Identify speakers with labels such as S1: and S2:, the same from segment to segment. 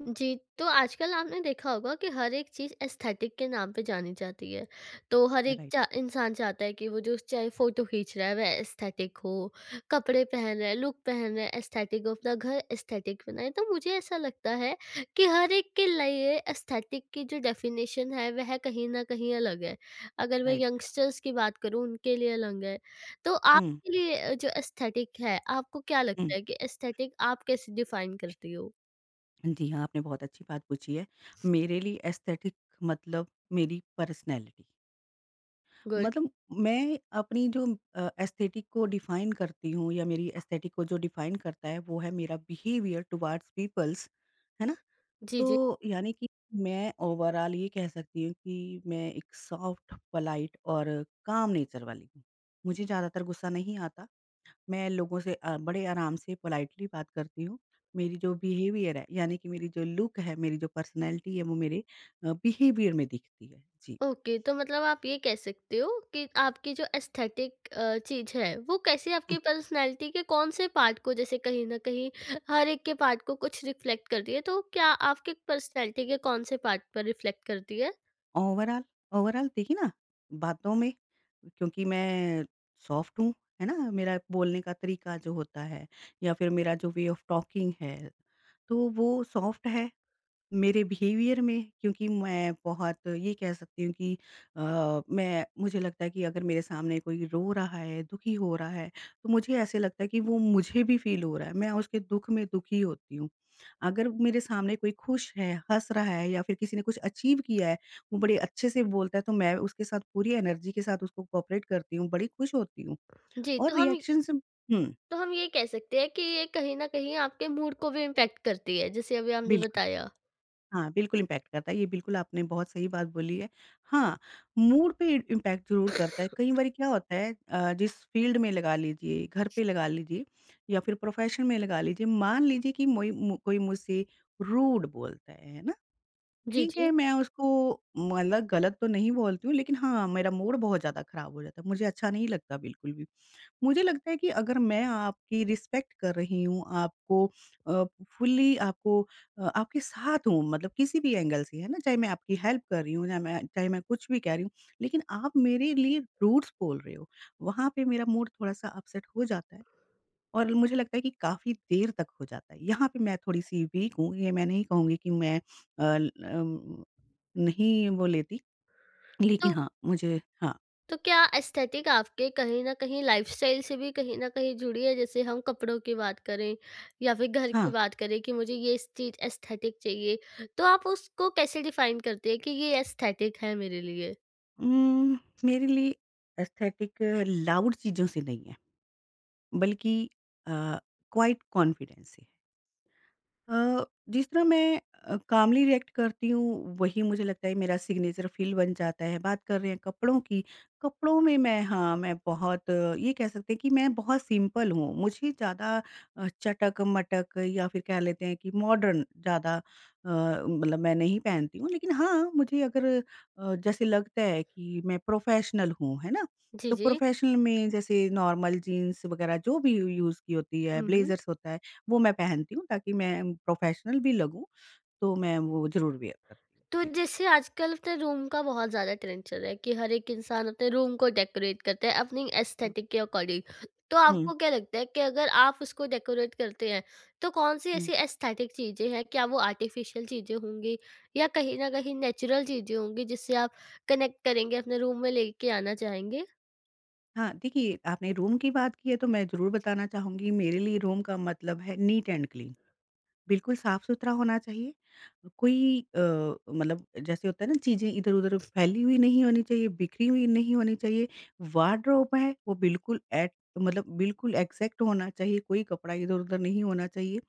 S1: जी, तो आजकल आपने देखा होगा कि हर एक चीज़ एस्थेटिक के नाम पे जानी जाती है। तो हर एक
S2: राइट,
S1: चा इंसान चाहता है कि वो जो चाहे फ़ोटो खींच रहा है वह एस्थेटिक हो, कपड़े पहन रहा है, लुक पहन रहा है एस्थेटिक हो, अपना घर एस्थेटिक बनाए। तो मुझे ऐसा लगता है कि हर एक के लिए एस्थेटिक की जो डेफ़िनेशन है वह कहीं न कहीं अलग है। अगर मैं
S2: राइट।
S1: यंगस्टर्स की बात करूँ उनके लिए अलग है। तो
S2: हुँ,
S1: आपके लिए जो एस्थेटिक है आपको क्या
S2: हुँ।
S1: लगता है कि एस्थेटिक आप कैसे डिफ़ाइन करती हो?
S2: जी हाँ, आपने बहुत अच्छी बात पूछी है। मेरे लिए एस्थेटिक मतलब मेरी पर्सनैलिटी।
S1: गुड।
S2: मतलब मैं अपनी जो एस्थेटिक को डिफाइन करती हूँ या मेरी एस्थेटिक को जो डिफाइन करता है वो है मेरा बिहेवियर टुवर्ड्स पीपल्स, है ना?
S1: जी, जी।
S2: तो यानी कि मैं ओवरऑल ये कह सकती हूँ कि मैं एक सॉफ्ट, पोलाइट और काम नेचर वाली हूँ। मुझे ज़्यादातर गुस्सा नहीं आता। मैं लोगों से बड़े आराम से पोलाइटली बात करती हूँ। मेरी जो बिहेवियर है यानी कि मेरी जो लुक है, मेरी जो पर्सनैलिटी है वो मेरे बिहेवियर में दिखती है। जी।
S1: ओके, तो मतलब आप ये कह सकते हो कि आपकी जो एस्थेटिक चीज़ है, वो कैसे
S2: हुँ,
S1: आपकी पर्सनैलिटी के कौन-से पार्ट को जैसे कहीं न कहीं हर एक के पार्ट को कुछ रिफ्लेक्ट करती है, तो क्या आपकी पर्सनैलिटी के कौन-से पार्ट पर रिफ्लेक्ट करती है?
S2: ओवरॉल ओवरॉल देखिए ना, बातों में, क्योंकि मैं सॉफ्ट हूँ, है ना? मेरा बोलने का तरीका जो होता है या फिर मेरा जो वे ऑफ टॉकिंग है, तो वो सॉफ्ट है। मेरे बिहेवियर में, क्योंकि मैं बहुत ये कह सकती हूँ कि अ, मैं मुझे लगता है कि अगर मेरे सामने कोई रो रहा है, दुखी हो रहा है, तो मुझे ऐसे लगता है कि वो मुझे भी फ़ील हो रहा है, मैं उसके दुःख में दुखी होती हूँ। अगर मेरे सामने कोई खुश है, हँस रहा है या फिर किसी ने कुछ अचीव किया है, वो बड़े अच्छे से बोलता है, तो मैं उसके साथ पूरी एनर्जी के साथ उसको कोऑपरेट करती हूँ, बड़ी खुश होती हूँ
S1: जी, तो
S2: और
S1: हम
S2: रिएक्शंस हुँ,
S1: तो हम ये कह सकते हैं कि ये कहीं न कहीं आपके मूड को भी इम्पैक्ट करती है, जैसे अभी आपने
S2: बिल्कुल।
S1: बताया।
S2: हाँ, बिल्कुल इम्पैक्ट करता है, ये बिल्कुल आपने बहुत सही बात बोली है। हाँ, मूड पे इ इम्पैक्ट ज़रूर करता है। कई बारी क्या होता है, जिस फ़ील्ड में लगा लीजिए, घर पे लगा लीजिए या फिर प्रोफ़ेशन में लगा लीजिए, मान लीजिए कि मोई मु कोई मुझसे रूड बोलता है ना?
S1: जी,
S2: ठीक है,
S1: जी।
S2: मैं उसको मतलब गलत तो नहीं बोलती हूँ, लेकिन हाँ, मेरा मूड बहुत ज़्यादा ख़राब हो जाता है, मुझे अच्छा नहीं लगता बिल्कुल भी। मुझे लगता है कि अगर मैं आपकी रिस्पेक्ट कर रही हूँ, आपको अ, फुल्ली आपको आपके साथ हूँ मतलब किसी भी एंगल से, है ना? चाहे मैं आपकी हेल्प कर रही हूँ या मैं चाहे मैं कुछ भी कह रही हूँ, लेकिन आप मेरे लिए रूड्स बोल रहे हो, वहाँ पे मेरा मूड थोड़ा-सा अपसेट हो जाता है और मुझे लगता है कि काफ़ी देर तक हो जाता है। यहाँ पे मैं थोड़ी-सी वीक हूँ, ये मैं नहीं कहूँगी कि मैं ल नहीं वो लेती, लेकिन
S1: तो
S2: हाँ, मुझे हाँ,
S1: तो क्या एस्थेटिक आपके कहीं न कहीं लाइफ़स्टाइल से भी कहीं न कहीं जुड़ी है? जैसे हम कपड़ों की बात करें या फिर घर
S2: हाँ।
S1: की बात करें कि मुझे ये इस चीज़ एस्थेटिक चाहिए, तो आप उसको कैसे डिफ़ाइन करते हैं कि ये एस्थेटिक है मेरे लिए?
S2: उम, मेरे लिए एस्थेटिक लाउड चीज़ों से नहीं है, बल्कि अ, क्वाइट कॉन्फिडेंस से। अ, जिस तरह मैं कामली रिएक्ट करती हूँ, वही मुझे लगता है मेरा सिग्नेचर फ़ील बन जाता है। बात कर रहे हैं कपड़ों की, कपड़ों में मैं हाँ, मैं बहुत ये कह सकते हैं कि मैं बहुत सिंपल हूँ। मुझे ज़्यादा चटक-मटक या फिर कह लेते हैं कि मॉडर्न ज़्यादा मतलब मैं नहीं पहनती हूँ। लेकिन हाँ, मुझे अगर जैसे लगता है कि मैं प्रोफ़ेशनल हूँ, है ना?
S1: जी,
S2: तो
S1: जी।
S2: प्रोफ़ेशनल में जैसे नॉर्मल जीन्स वग़ैरह जो भी यूज़ की होती है,
S1: हुँ।
S2: ब्लेज़र्स होता है। वो मैं पहनती हूँ ताकि मैं प्रोफेशनल भी लगूँ, तो मैं वो ज़रूर वियर करती हूँ।
S1: तो
S2: जी।
S1: जैसे आजकल अपने रूम का बहुत ज़्यादा ट्रेंड चल रहा है कि हर एक इंसान अपने रूम को डेकोरेट करता है अपनी
S2: हाँ।
S1: एस्थेटिक के अकॉर्डिंग। तो
S2: हुँ,
S1: आपको क्या लगता है कि अगर आप उसको डेकोरेट करते हैं तो कौन-सी
S2: हुँ।
S1: ऐसी एस्थेटिक चीज़ें हैं? क्या वो आर्टिफिशियल चीज़ें होंगी या कहीं न कहीं नेचुरल चीज़ें होंगी जिससे आप कनेक्ट करेंगे अपने रूम में लेके आना चाहेंगे?
S2: हाँ, देखिए आपने रूम की बात की है तो मैं ज़रूर बताना चाहूँगी, मेरे लिए रूम का मतलब है नीट एंड क्लीन। बिल्कुल साफ-सुथरा होना चाहिए। कोई मतलब जैसे होता है ना, चीज़ें इधर-उधर फैली हुई नहीं होनी चाहिए, बिखरी हुई नहीं होनी चाहिए। वार्डरोब है वो बिल्कुल एट मतलब बिल्कुल एग्ज़ैक्ट होना चाहिए, कोई कपड़ा इधर-उधर नहीं होना चाहिए।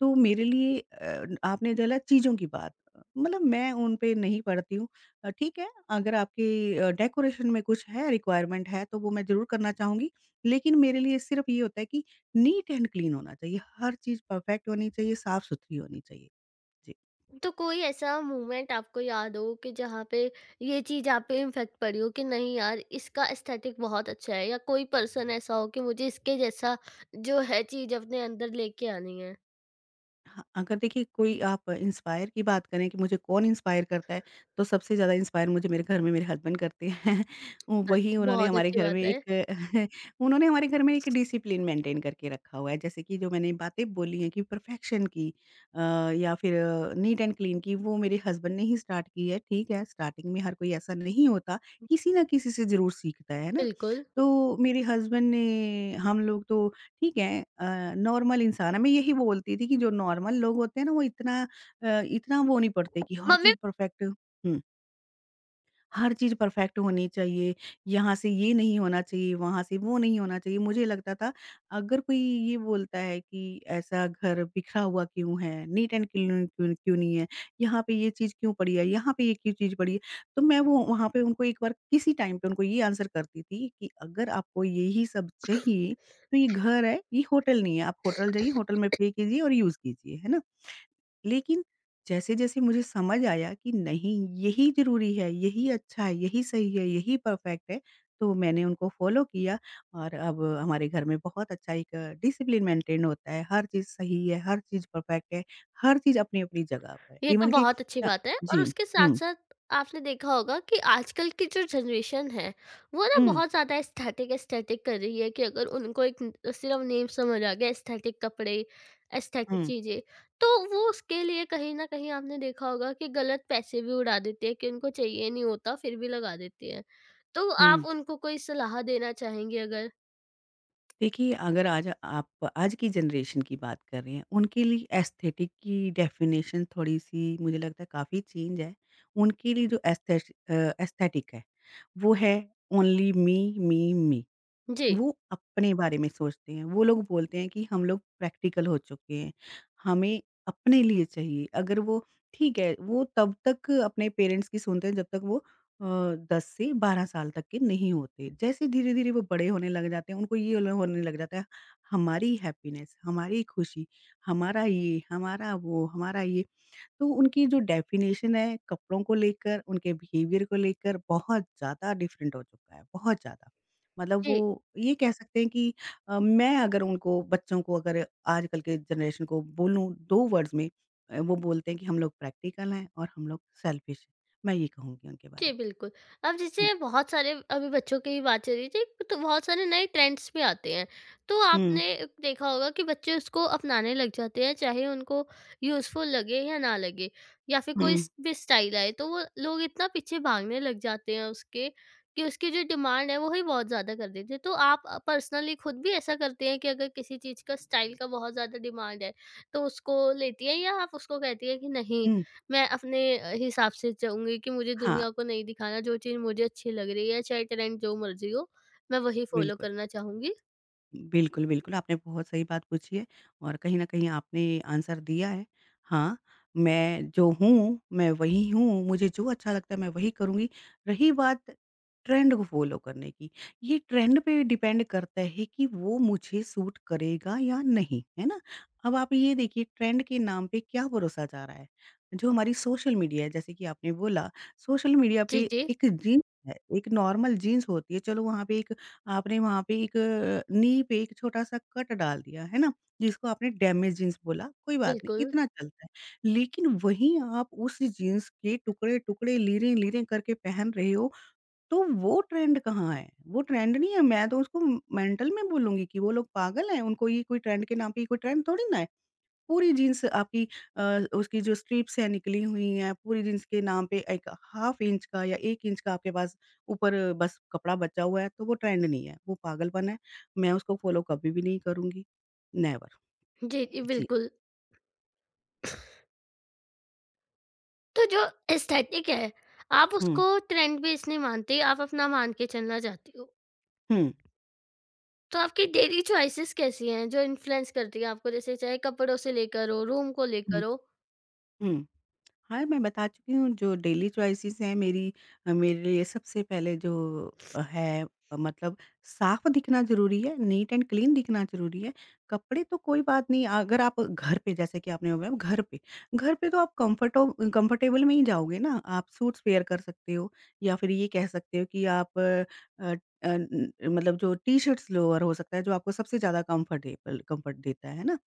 S2: तो मेरे लिए, आपने डाला चीज़ों की बात, मतलब मैं उन पे नहीं पड़ती हूँ। ठीक है, अगर आपकी डेकोरेशन में कुछ है, रिक्वायरमेंट है, तो वो मैं ज़रूर करना चाहूँगी। लेकिन मेरे लिए सिर्फ़ ये होता है कि नीट एंड क्लीन होना चाहिए, हर चीज़ परफ़ेक्ट होनी चाहिए, साफ़-सुथरी होनी चाहिए। जी।
S1: तो कोई ऐसा मोमेंट आपको याद हो कि जहाँ पे ये चीज़ आप पे इम्फेक्ट पड़ी हो कि नहीं यार इसका एस्थेटिक बहुत अच्छा है या कोई पर्सन ऐसा हो कि मुझे इसके जैसा जो है चीज़ अपने अंदर लेके आनी है
S2: हाँ, अगर देखिए कोई आप इंस्पायर की बात करें कि मुझे कौन इंस्पायर करता है, तो सबसे ज़्यादा इंस्पायर मुझे मेरे घर में मेरे हस्बैंड करते हैं। वही
S1: अच्छा।
S2: उन्होंने
S1: बहुत
S2: हमारे
S1: अच्छी
S2: घर में
S1: बात है।
S2: एक उन्होंने हमारे घर में एक डिसिप्लिन मेंटेन करके रखा हुआ है। जैसे कि जो मैंने बातें बोली हैं कि परफेक्शन की, अ, या फिर नीट एंड क्लीन की, वो मेरे हस्बैंड ने ही स्टार्ट की है। ठीक है, स्टार्टिंग में हर कोई ऐसा नहीं होता, किसी न किसी से ज़रूर सीखता है ना?
S1: बिल्कुल।
S2: तो मेरे हस्बैंड ने, हम लोग तो ठीक है, नॉर्मल इंसान है, मैं यही बोलती थी कि जो नॉर्मल लोग होते हैं ना वो इतना इतना वो नहीं पड़ते कि हर
S1: मम्मी।
S2: चीज़ परफेक्ट हुँ। हर चीज़ परफ़ेक्ट होनी चाहिए, यहाँ से ये नहीं होना चाहिए, वहाँ से वो नहीं होना चाहिए। मुझे लगता था अगर कोई ये बोलता है कि ऐसा घर बिखरा हुआ क्यों है, नीट एंड क्लीन क्यून क्यों नहीं है, यहाँ पे ये चीज़ क्यों पड़ी है, यहाँ पे ये क्यों चीज़ पड़ी है। तो मैं वो वहाँ पे उनको एक बार किसी टाइम पे उनको ये आंसर करती थी कि अगर आपको यही सब चाहिए, तो ये घर है, ये होटल नहीं है। आप होटल जाइए, होटल में पे कीजिए और यूज़ कीजिए, है ना? लेकिन जैसे-जैसे मुझे समझ आया कि नहीं, यही ज़रूरी है, यही अच्छा है, यही सही है, यही परफ़ेक्ट है, तो मैंने उनको फ़ॉलो किया और अब हमारे घर में बहुत अच्छा एक डिसिप्लिन मेंटेन होता है, हर चीज़ सही है, हर चीज़ परफ़ेक्ट है, हर चीज़ अपनी-अपनी जगह पर है।
S1: ये तो
S2: इवन कि
S1: बहुत अच्छी
S2: अ,
S1: बात है और
S2: जी।
S1: उसके साथ
S2: हुँ।
S1: साथ आपने देखा होगा कि आजकल की जो जनरेशन है वो ना
S2: हुँ,
S1: बहुत ज़्यादा एस्थेटिक एस्थेटिक कर रही है कि अगर उनको एक सिर्फ नेम समझ आ गया एस्थेटिक कपड़े एस्थेटिक
S2: हुँ,
S1: चीज़ें तो वो उसके लिए कहीं ना कहीं आपने देखा होगा कि गलत पैसे भी उड़ा देती है कि उनको चाहिए नहीं होता फिर भी लगा देती है तो
S2: हुँ।
S1: आप उनको कोई सलाह देना चाहेंगे अगर।
S2: देखिए, अगर आज आप आज की जनरेशन की बात कर रहे हैं, उनके लिए एस्थेटिक की डेफ़िनेशन थोड़ी-सी मुझे लगता है काफ़ी चेंज है। उनके लिए जो एस्थेश एस्थेटिक है, वो है ओनली मी, मी, मी।
S1: जी।
S2: वो अपने बारे में सोचते हैं। वो लोग बोलते हैं कि हम लोग प्रैक्टिकल हो चुके हैं, हमें अपने लिए चाहिए। अगर वो ठीक है, वो तब तक अपने पेरेंट्स की सुनते हैं जब तक वो अ, 10 से 12 साल तक के नहीं होते। जैसे धीरे-धीरे वो बड़े होने लग जाते हैं, उनको ये ल होने लग जाता है हमारी हैप्पीनेस, हमारी खुशी, हमारा ये, हमारा वो, हमारा ये, तो उनकी जो डेफ़िनेशन है कपड़ों को लेकर, उनके बिहेवियर को लेकर बहुत ज़्यादा डिफ़रेंट हो चुका है, बहुत ज़्यादा। मतलब वो ये कह सकते हैं कि मैं अगर उनको बच्चों को, अगर आजकल के जनरेशन को बोलूँ 2 वर्ड्स में, वो बोलते हैं कि हम लोग प्रैक्टिकल हैं और हम लोग सेल्फ़िश हैं। मैं ये कहूँगी उनके बारे
S1: जी,
S2: में।
S1: बिल्कुल। अब
S2: हुँ।
S1: जैसे बहुत सारे अभी बच्चों की ही बात चल रही थी, तो बहुत सारे नए ट्रेंड्स भी आते हैं। तो
S2: हुँ,
S1: आपने देखा होगा कि बच्चे उसको अपनाने लग जाते हैं, चाहे उनको यूज़फुल लगे या ना लगे या फिर
S2: हुँ,
S1: कोई स भी स्टाइल आए, तो वो लोग इतना पीछे भागने लग जाते हैं उसके कि उसकी जो डिमांड है, वो ही बहुत ज़्यादा कर देते हैं। तो आप पर्सनली खुद भी ऐसा करते हैं कि अगर किसी चीज़ का स्टाइल का बहुत ज़्यादा डिमांड है, तो उसको लेती हैं या आप उसको कहती हैं कि नहीं?
S2: हुँ।
S1: मैं अपने हिसाब से चलूँगी कि मुझे
S2: हाँ,
S1: दुनिया को नहीं दिखाना, जो चीज़ मुझे अच्छी लग रही है, चाहे ट्रेंड जो मर्ज़ी हो, मैं वही फ़ॉलो
S2: बिल्कुल।
S1: करना चाहूँगी।
S2: बिल्कुल, बिल्कुल, आपने बहुत सही बात पूछी है और कहीं न कहीं आपने आंसर दिया है। हाँ, मैं जो हूँ, मैं वही हूँ, मुझे जो अच्छा लगता है मैं वही करूँगी। रही बात ट्रेंड को फ़ॉलो करने की, ये ट्रेंड पे डिपेंड करता है कि वो मुझे सूट करेगा या नहीं, है ना? अब आप ये देखिए, ट्रेंड के नाम पे क्या परोसा जा रहा है? जो हमारी सोशल मीडिया है जैसे कि आपने बोला, सोशल मीडिया
S1: जी,
S2: पे
S1: जी।
S2: एक जीन्स है, एक नॉर्मल जीन्स होती है, चलो वहाँ पे एक आपने वहाँ पे एक नी पे एक छोटा-सा कट डाल दिया, है ना? जिसको आपने डैमेज जीन्स बोला, कोई बात नहीं,
S1: बिल्कुल।
S2: इतना चलता है। लेकिन वहीं आप उस जीन्स के टुकड़े-टुकड़े, लीरें-लीरें करके पहन रहे हो, तो वो ट्रेंड कहाँ है? वो ट्रेंड नहीं है, मैं तो उसको मेंटल में बोलूँगी कि वो लोग पागल हैं, उनको ये कोई ट्रेंड के नाम पे ये कोई ट्रेंड थोड़ी ना है। पूरी जीन्स आपकी अ, उसकी जो स्ट्रिप्स हैं निकली हुई हैं, पूरी जीन्स के नाम पे एक हाफ़ इंच का या 1 इंच का आपके पास ऊपर बस कपड़ा बचा हुआ है, तो वो ट्रेंड नहीं है, वो पागलपन है। मैं उसको फ़ॉलो कभी भी नहीं करूँगी, नेवर।
S1: जी, जी,
S2: जी।
S1: बिल्कुल। तो जो एस्थेटिक है, आप
S2: हुँ,
S1: उसको ट्रेंड बेस नहीं मानती, आप अपना मान के चलना चाहती हो।
S2: हुँ,
S1: तो आपकी डेली चॉइसेस कैसी हैं, जो इन्फ्लुएंस करती हैं आपको? जैसे चाहे कपड़ों से लेकर हो, रूम को
S2: हुँ,
S1: लेकर हो?
S2: हुँ। हाँ, मैं बता चुकी हूँ जो डेली चॉइसेस हैं मेरी। मेरे लिए सबसे पहले जो अ, है मतलब साफ दिखना ज़रूरी है, नीट एंड क्लीन दिखना ज़रूरी है। कपड़े तो कोई बात नहीं, अगर आप घर पे, जैसे कि आपने बताया घर पे तो आप कम्फर्टो कम्फर्टेबल में ही जाओगे ना, आप सूट्स वेयर कर सकते हो या फिर ये कह सकते हो कि आप अ अ, अ, न मतलब जो टी-शर्ट्स लोअर हो सकता है जो आपको सबसे ज़्यादा कम्फर्ट देता है ना?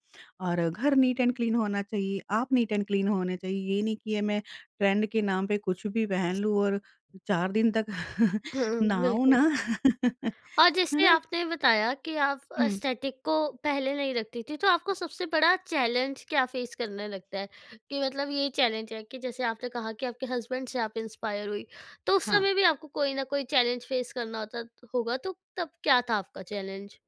S2: और घर नीट एंड क्लीन होना चाहिए, आप नीट एंड क्लीन होने चाहिए। ये नहीं कि ये मैं ट्रेंड के नाम पे कुछ भी पहन लूँ और 4 दिन तक
S1: हुँ,
S2: नहाऊँ
S1: बिल्कुल।
S2: ना। है
S1: और जैसे
S2: ना?
S1: आपने बताया कि आप
S2: हुँ,
S1: एस्थेटिक को पहले नहीं रखती थी, तो आपको सबसे बड़ा चैलेंज क्या फ़ेस करने लगता है? कि मतलब ये चैलेंज है कि जैसे आपने कहा कि आपके हस्बैंड से आप इंस्पायर हुई, तो उस
S2: हाँ।
S1: समय भी आपको कोई ना कोई चैलेंज फ़ेस करना होता होगा, तो तब क्या था आपका चैलेंज?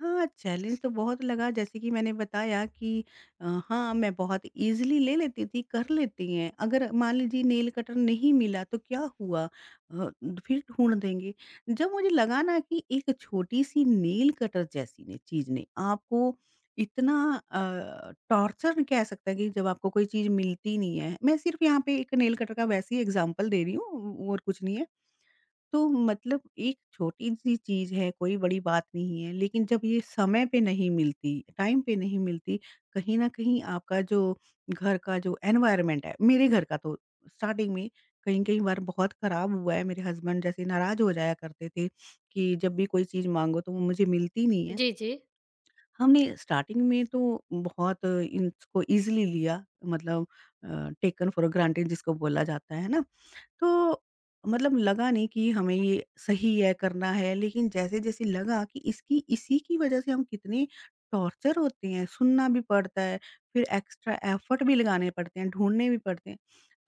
S2: हाँ, चैलेंज तो बहुत लगा, जैसे कि मैंने बताया कि हाँ, मैं बहुत ईज़िली ले लेती थी, कर लेती हैं। अगर मान लीजिए नेल कटर नहीं मिला तो क्या हुआ? फिर ढूँढ देंगे। जब मुझे लगा ना कि एक छोटी-सी नेल कटर जैसी ने चीज़ ने आपको इतना टॉर्चर कह सकते हैं कि जब आपको कोई चीज़ मिलती नहीं है। मैं सिर्फ़ यहाँ पे एक नेल कटर का वैसे ही एग्ज़ाम्पल दे रही हूँ और कुछ नहीं है। तो मतलब एक छोटी-सी चीज़ है, कोई बड़ी बात नहीं है, लेकिन जब ये समय पे नहीं मिलती, टाइम पे नहीं मिलती, कहीं न कहीं आपका जो घर का जो एनवायरनमेंट है मेरे घर का तो स्टार्टिंग में कहीं-कहीं बार बहुत खराब हुआ है, मेरे हस्बैंड जैसे नाराज़ हो जाया करते थे कि जब भी कोई चीज़ माँगो तो वो मुझे मिलती नहीं है।
S1: जी, जी।
S2: हमने स्टार्टिंग में तो बहुत इसको ईज़िली लिया मतलब अ, टेकन फॉर ग्रांटेड जिसको बोला जाता है ना? तो मतलब लगा नहीं कि हमें ये सही है, करना है, लेकिन जैसे-जैसे लगा कि इसकी इसी की वज़ह से हम कितने टॉर्चर होते हैं, सुनना भी पड़ता है, फिर एक्स्ट्रा एफ़र्ट भी लगाने पड़ते हैं, ढूँढने भी पड़ते हैं।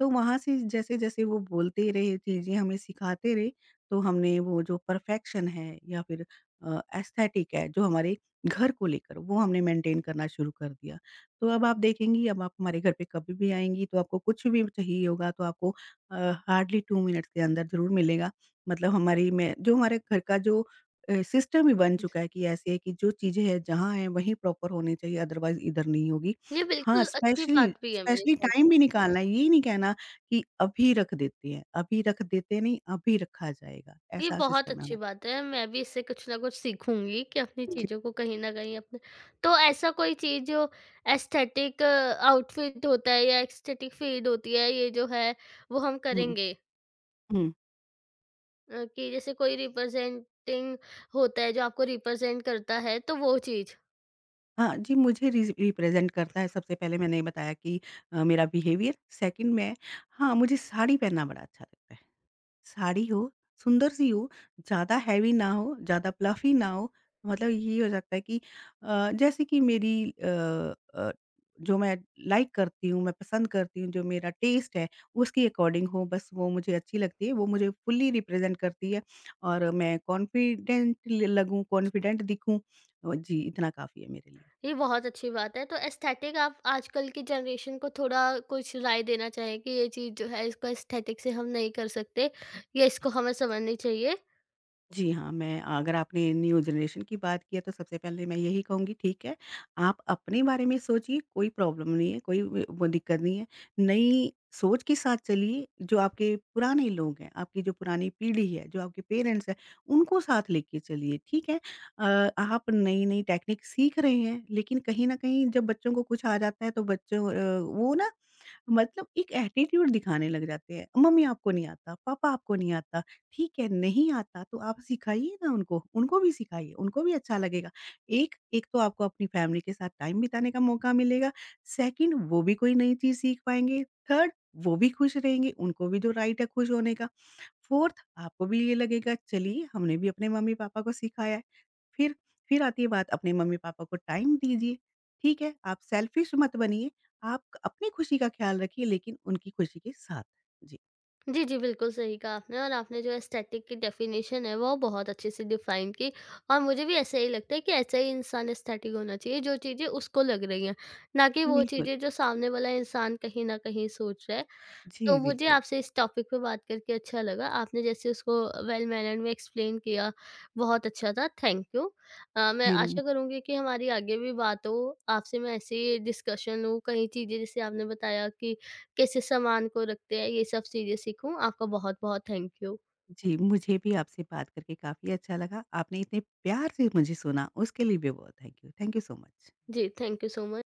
S2: तो वहाँ से जैसे-जैसे वो बोलते रहे, चीज़ें हमें सिखाते रहे, तो हमने वो जो परफ़ेक्शन है या फिर एस्थेटिक है, जो हमारे घर को लेकर, वो हमने मेंटेन करना शुरू कर दिया। तो अब आप देखेंगी, अब आप हमारे घर पे कभी भी आएँगी, तो आपको कुछ भी चाहिए होगा, तो आपको अ, हार्डली 2 मिनट्स के अंदर ज़रूर मिलेगा। मतलब हमारी मैं जो हमारे घर का जो सिस्टम ही बन चुका है कि ऐसे है कि जो चीज़ें हैं जहाँ हैं वहीं प्रॉपर होनी चाहिए अदरवाइज़ इधर नहीं होगी।
S1: ये
S2: हाँ,
S1: बिल्कुल अच्छी
S2: स्पेशली
S1: बात भी है मेरे
S2: स्पेशली
S1: ख्याल।
S2: टाइम भी निकालना है, ये नहीं कहना कि अभी रख देते हैं, अभी रख देते हैं, नहीं, अभी रखा जाएगा,
S1: ये
S2: ऐसा
S1: बहुत
S2: सिस्टम है
S1: अच्छी
S2: हमारा।
S1: बात है। मैं भी इससे कुछ न कुछ सीखूँगी कि अपनी चीज़ों को कहीं न कहीं अपने। तो ऐसा कोई चीज़ जो एस्थेटिक आउटफिट होता है या एस्थेटिक फ़ीड होती है, ये जो है वो हम
S2: हुँ,
S1: करेंगे
S2: हुँ।
S1: कि जैसे कोई रिप्रेज़ेंटिंग होता है जो आपको रिप्रेज़ेंट करता है, तो वो चीज़।
S2: हाँ जी, मुझे रिज़ रिप्रेज़ेंट करता है सबसे पहले मैंने बताया कि मेरा बिहेवियर, 2nd मैं। हाँ, मुझे साड़ी पहनना बड़ा अच्छा लगता है। साड़ी हो, सुंदर सी हो, ज़्यादा हेवी ना हो, ज़्यादा फ्लफ़ी ना हो, मतलब ये हो सकता है कि जैसे कि जो मैं लाइक करती हूँ, मैं पसंद करती हूँ, जो मेरा टेस्ट है, उसके अकॉर्डिंग हो, बस वो मुझे अच्छी लगती है, वो मुझे फुल्ली रिप्रेज़ेंट करती है और मैं कॉन्फिडेंट ल लगूँ, कॉन्फिडेंट दिखूँ। जी, इतना काफ़ी है मेरे लिए।
S1: ये बहुत अच्छी बात है। तो एस्थेटिक आप आजकल की जनरेशन को थोड़ा कुछ राय देना चाहें कि ये चीज़ जो है इसको एस्थेटिक से हम नहीं कर सकते या इसको हमें समझनी चाहिए?
S2: जी हाँ, मैं अगर आपने न्यू जनरेशन की बात की है, तो सबसे पहले मैं यही कहूँगी ठीक है, आप अपने बारे में सोचिए, कोई प्रॉब्लम नहीं है, कोई व वो दिक्कत नहीं है। नई सोच के साथ चलिए, जो आपके पुराने लोग हैं, आपकी जो पुरानी पीढ़ी है, जो आपके पेरेंट्स हैं, उनको साथ लेके चलिए, ठीक है? आप नई-नई टेक्निक सीख रहे हैं, लेकिन कहीं न कहीं जब बच्चों को कुछ आ जाता है, तो वो ना मतलब एक एटीट्यूड दिखाने लग जाते हैं, मम्मी आपको नहीं आता, पापा आपको नहीं आता, ठीक है नहीं आता तो आप सिखाइए ना उनको, उनको भी सिखाइए, उनको भी अच्छा लगेगा। एक एक तो आपको अपनी फैमिली के साथ टाइम बिताने का मौका मिलेगा, सेकंड वो भी कोई नई चीज़ सीख पाएँगे, थर्ड वो भी खुश रहेंगे, उनको भी जो राइट है खुश होने का। 4th आपको भी ये लगेगा चलिए हमने भी अपने मम्मी-पापा को सिखाया है। फिर फिर आती है बात अपने मम्मी-पापा को टाइम दीजिए, ठीक है? आप सेल्फिश मत बनिए, आप अपनी खुशी का ख़्याल रखिए लेकिन उनकी खुशी के साथ। जी।
S1: जी, जी, बिल्कुल सही कहा आपने और आपने जो एस्थेटिक की डेफ़िनेशन है वो बहुत अच्छे से डिफ़ाइन की और मुझे भी ऐसा ही लगता है कि ऐसा ही इंसान एस्थेटिक होना चाहिए जो चीज़ें उसको लग रही हैं, ना कि
S2: जी,
S1: वो
S2: बिल्कुल।
S1: चीज़ें जो सामने वाला इंसान कहीं न कहीं सोच रहा है।
S2: जी,
S1: तो मुझे
S2: बिल्कुल।
S1: आपसे इस टॉपिक पे बात करके अच्छा लगा। आपने जैसे उसको वेल मैनर्ड में एक्सप्लेन किया, बहुत अच्छा था, थैंक यू। मैं
S2: जी, म
S1: आशा करूँगी कि हमारी आगे भी बात हो, आपसे मैं ऐसे ही डिस्कशन हो, कई चीज़ें जैसे आपने बताया कि कैसे सामान को रखते हैं, ये सब चीज़ें सीखूँ। आपका बहुत-बहुत थैंक यू।
S2: जी, मुझे भी आपसे बात करके काफ़ी अच्छा लगा। आपने इतने प्यार से मुझे सुना उसके लिए भी बहुत thank you. Thank you so much.
S1: जी, थैंक यू सो मच।